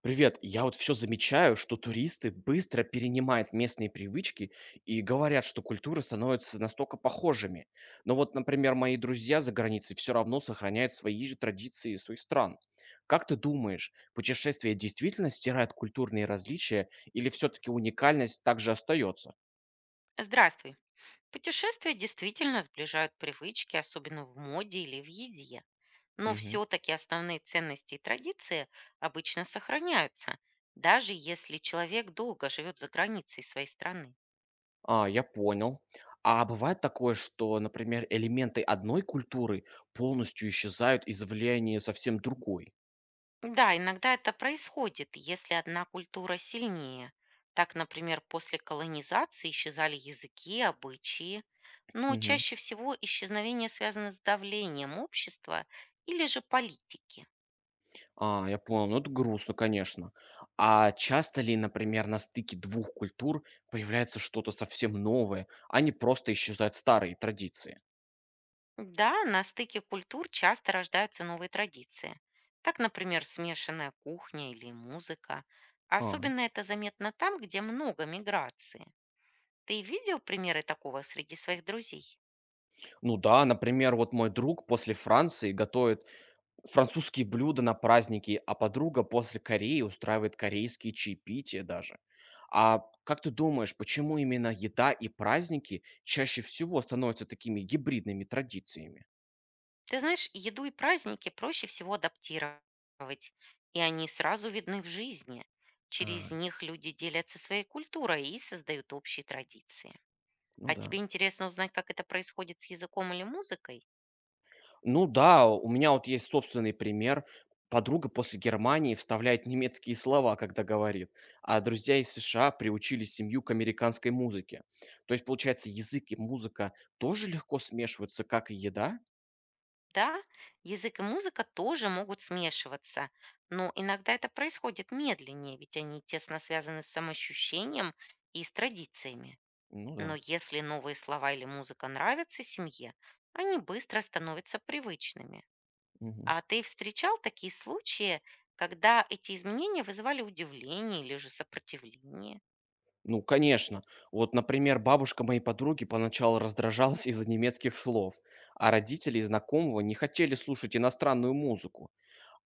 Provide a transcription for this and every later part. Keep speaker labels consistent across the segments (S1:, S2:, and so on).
S1: Привет. Я вот все замечаю, что туристы быстро перенимают местные привычки и говорят, что культуры становятся настолько похожими. Но вот, например, мои друзья за границей все равно сохраняют свои же традиции своих стран. Как ты думаешь, путешествия действительно стирают культурные различия или все-таки уникальность также остается?
S2: Здравствуй. Путешествия действительно сближают привычки, особенно в моде или в еде. Но
S1: Мгм.
S2: все-таки основные ценности и традиции обычно сохраняются, даже если человек долго живет за границей своей страны.
S1: А, я понял. А бывает такое, что, например, элементы одной культуры полностью исчезают из влияния совсем другой?
S2: Да, иногда это происходит, если одна культура сильнее. Так, например, после колонизации исчезали языки, обычаи. Но
S1: Мгм.
S2: чаще всего исчезновение связано с давлением общества или же политики.
S1: А, я понял. Ну, это грустно, конечно. А часто ли, например, на стыке двух культур появляется что-то совсем новое, а не просто исчезают старые традиции?
S2: Да, на стыке культур часто рождаются новые традиции. Так, например, смешанная кухня или музыка.
S1: А,
S2: Особенно это заметно там, где много миграции. Ты видел примеры такого среди своих друзей?
S1: ну да, например, вот мой друг после Франции готовит французские блюда на праздники, а подруга после Кореи устраивает корейские чаепития даже. А как ты думаешь, почему именно еда и праздники чаще всего становятся такими гибридными традициями?
S2: Ты знаешь, еду и праздники проще всего адаптировать, и они сразу видны в жизни. Через
S1: А,
S2: них люди делятся своей культурой и создают общие традиции.
S1: ну
S2: А тебе
S1: да.
S2: интересно узнать, как это происходит с языком или музыкой?
S1: Ну да, у меня вот есть собственный пример. Подруга после Германии вставляет немецкие слова, когда говорит, а друзья из США приучили семью к американской музыке. То есть, получается, язык и музыка тоже легко смешиваются, как и еда?
S2: Да, язык и музыка тоже могут смешиваться, но иногда это происходит медленнее, ведь они тесно связаны с самоощущением и с традициями.
S1: Ну
S2: Но
S1: да.
S2: если новые слова или музыка нравятся семье, они быстро становятся привычными.
S1: Мгм.
S2: А ты встречал такие случаи, когда эти изменения вызывали удивление или же сопротивление?
S1: Ну, конечно. Вот, например, бабушка моей подруги поначалу раздражалась из-за немецких слов, а родители и знакомого не хотели слушать иностранную музыку.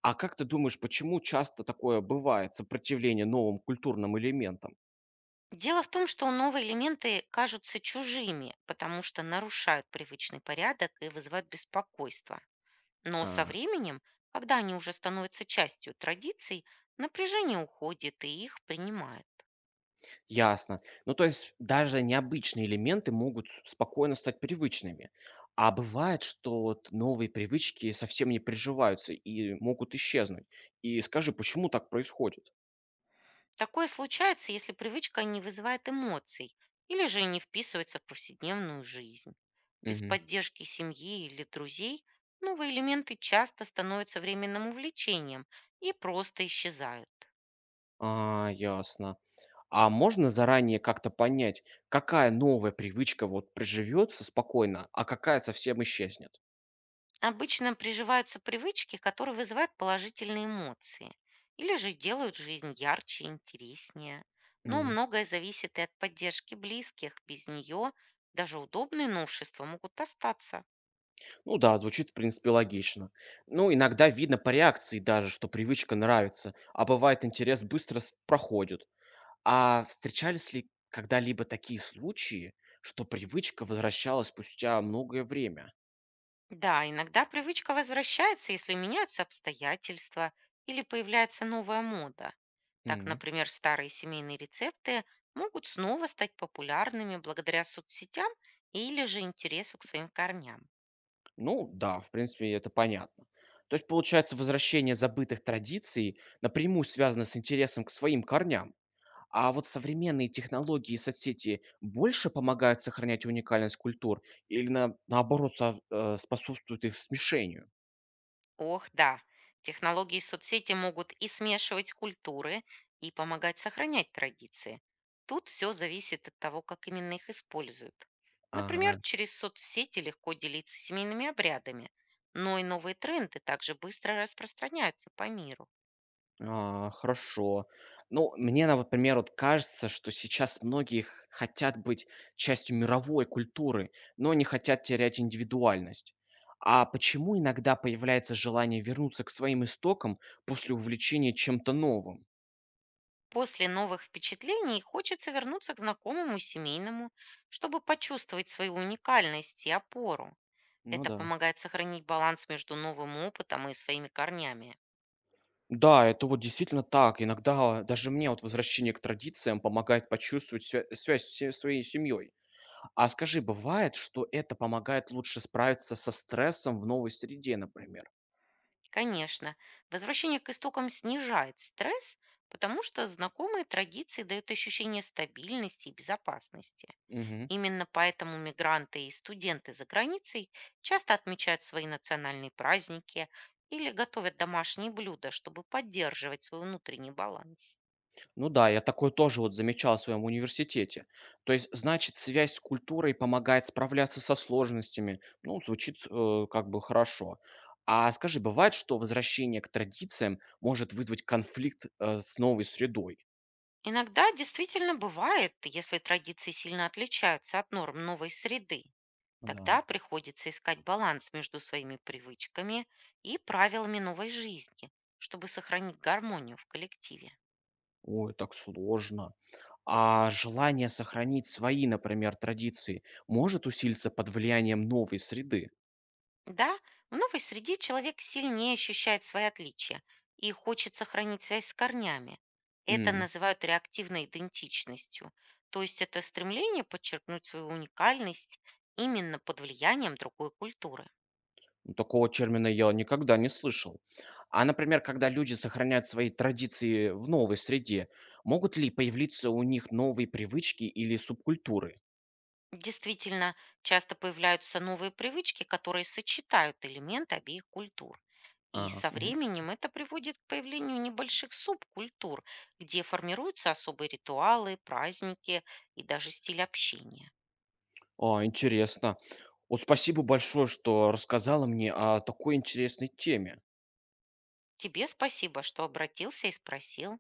S1: А как ты думаешь, почему часто такое бывает, сопротивление новым культурным элементам?
S2: Дело в том, что новые элементы кажутся чужими, потому что нарушают привычный порядок и вызывают беспокойство. Но со
S1: А,
S2: временем, когда они уже становятся частью традиций, напряжение уходит и их принимает.
S1: ясно. Ну, то есть даже необычные элементы могут спокойно стать привычными. А бывает, что вот новые привычки совсем не приживаются и могут исчезнуть. И скажи, почему так происходит?
S2: Такое случается, если привычка не вызывает эмоций или же не вписывается в повседневную жизнь. Без
S1: Мгм.
S2: поддержки семьи или друзей новые элементы часто становятся временным увлечением и просто исчезают.
S1: А, ясно. А можно заранее как-то понять, какая новая привычка вот приживется спокойно, а какая совсем исчезнет?
S2: Обычно приживаются привычки, которые вызывают положительные эмоции или же делают жизнь ярче и интереснее. Но многое зависит и от поддержки близких. Без нее даже удобные новшества могут остаться.
S1: Ну да, звучит, в принципе, логично. Ну, иногда видно по реакции даже, что привычка нравится, а бывает интерес быстро проходит. А встречались ли когда-либо такие случаи, что привычка возвращалась спустя многое время?
S2: Да, иногда привычка возвращается, если меняются обстоятельства или появляется новая мода. Так,
S1: М.
S2: например, старые семейные рецепты могут снова стать популярными благодаря соцсетям или же интересу к своим корням.
S1: Ну да, в принципе, это понятно. То есть, получается, возвращение забытых традиций напрямую связано с интересом к своим корням. А вот современные технологии и соцсети больше помогают сохранять уникальность культур или на, наоборот со- э, способствуют их смешению?
S2: Ох, да. Технологии соцсети могут и смешивать культуры, и помогать сохранять традиции. Тут все зависит от того, как именно их используют. Например,
S1: Ага,
S2: через соцсети легко делиться семейными обрядами, но и новые тренды также быстро распространяются по миру.
S1: а, хорошо. Ну, мне, например, вот кажется, что сейчас многие хотят быть частью мировой культуры, но не хотят терять индивидуальность. А почему иногда появляется желание вернуться к своим истокам после увлечения чем-то новым?
S2: После новых впечатлений хочется вернуться к знакомому и семейному, чтобы почувствовать свою уникальность и опору.
S1: Ну
S2: Это
S1: да.
S2: помогает сохранить баланс между новым опытом и своими корнями.
S1: Да, это вот действительно так. Иногда даже мне вот возвращение к традициям помогает почувствовать связь со своей семьей. А скажи, бывает, что это помогает лучше справиться со стрессом в новой среде, например?
S2: Конечно, возвращение к истокам снижает стресс, потому что знакомые традиции дают ощущение стабильности и безопасности.
S1: Мгм.
S2: Именно поэтому мигранты и студенты за границей часто отмечают свои национальные праздники или готовят домашние блюда, чтобы поддерживать свой внутренний баланс.
S1: Ну да, я такое тоже вот замечал в своем университете. То есть, значит, связь с культурой помогает справляться со сложностями. Ну, звучит как бы хорошо. А скажи, бывает, что возвращение к традициям может вызвать конфликт с новой средой?
S2: Иногда действительно бывает, если традиции сильно отличаются от норм новой среды.
S1: Да.
S2: Тогда приходится искать баланс между своими привычками и правилами новой жизни, чтобы сохранить гармонию в коллективе.
S1: Ой, так сложно. А желание сохранить свои, например, традиции может усилиться под влиянием новой среды?
S2: Да, в новой среде человек сильнее ощущает свои отличия и хочет сохранить связь с корнями. Это
S1: М,
S2: называют реактивной идентичностью, то есть это стремление подчеркнуть свою уникальность именно под влиянием другой культуры.
S1: ну, такого термина я никогда не слышал. А, например, когда люди сохраняют свои традиции в новой среде, могут ли появиться у них новые привычки или субкультуры?
S2: Действительно, часто появляются новые привычки, которые сочетают элементы обеих культур. И
S1: А,
S2: со
S1: мгм.
S2: временем это приводит к появлению небольших субкультур, где формируются особые ритуалы, праздники и даже стиль общения.
S1: А, интересно. Вот спасибо большое, что рассказала мне о такой интересной теме.
S2: Тебе спасибо, что обратился и спросил.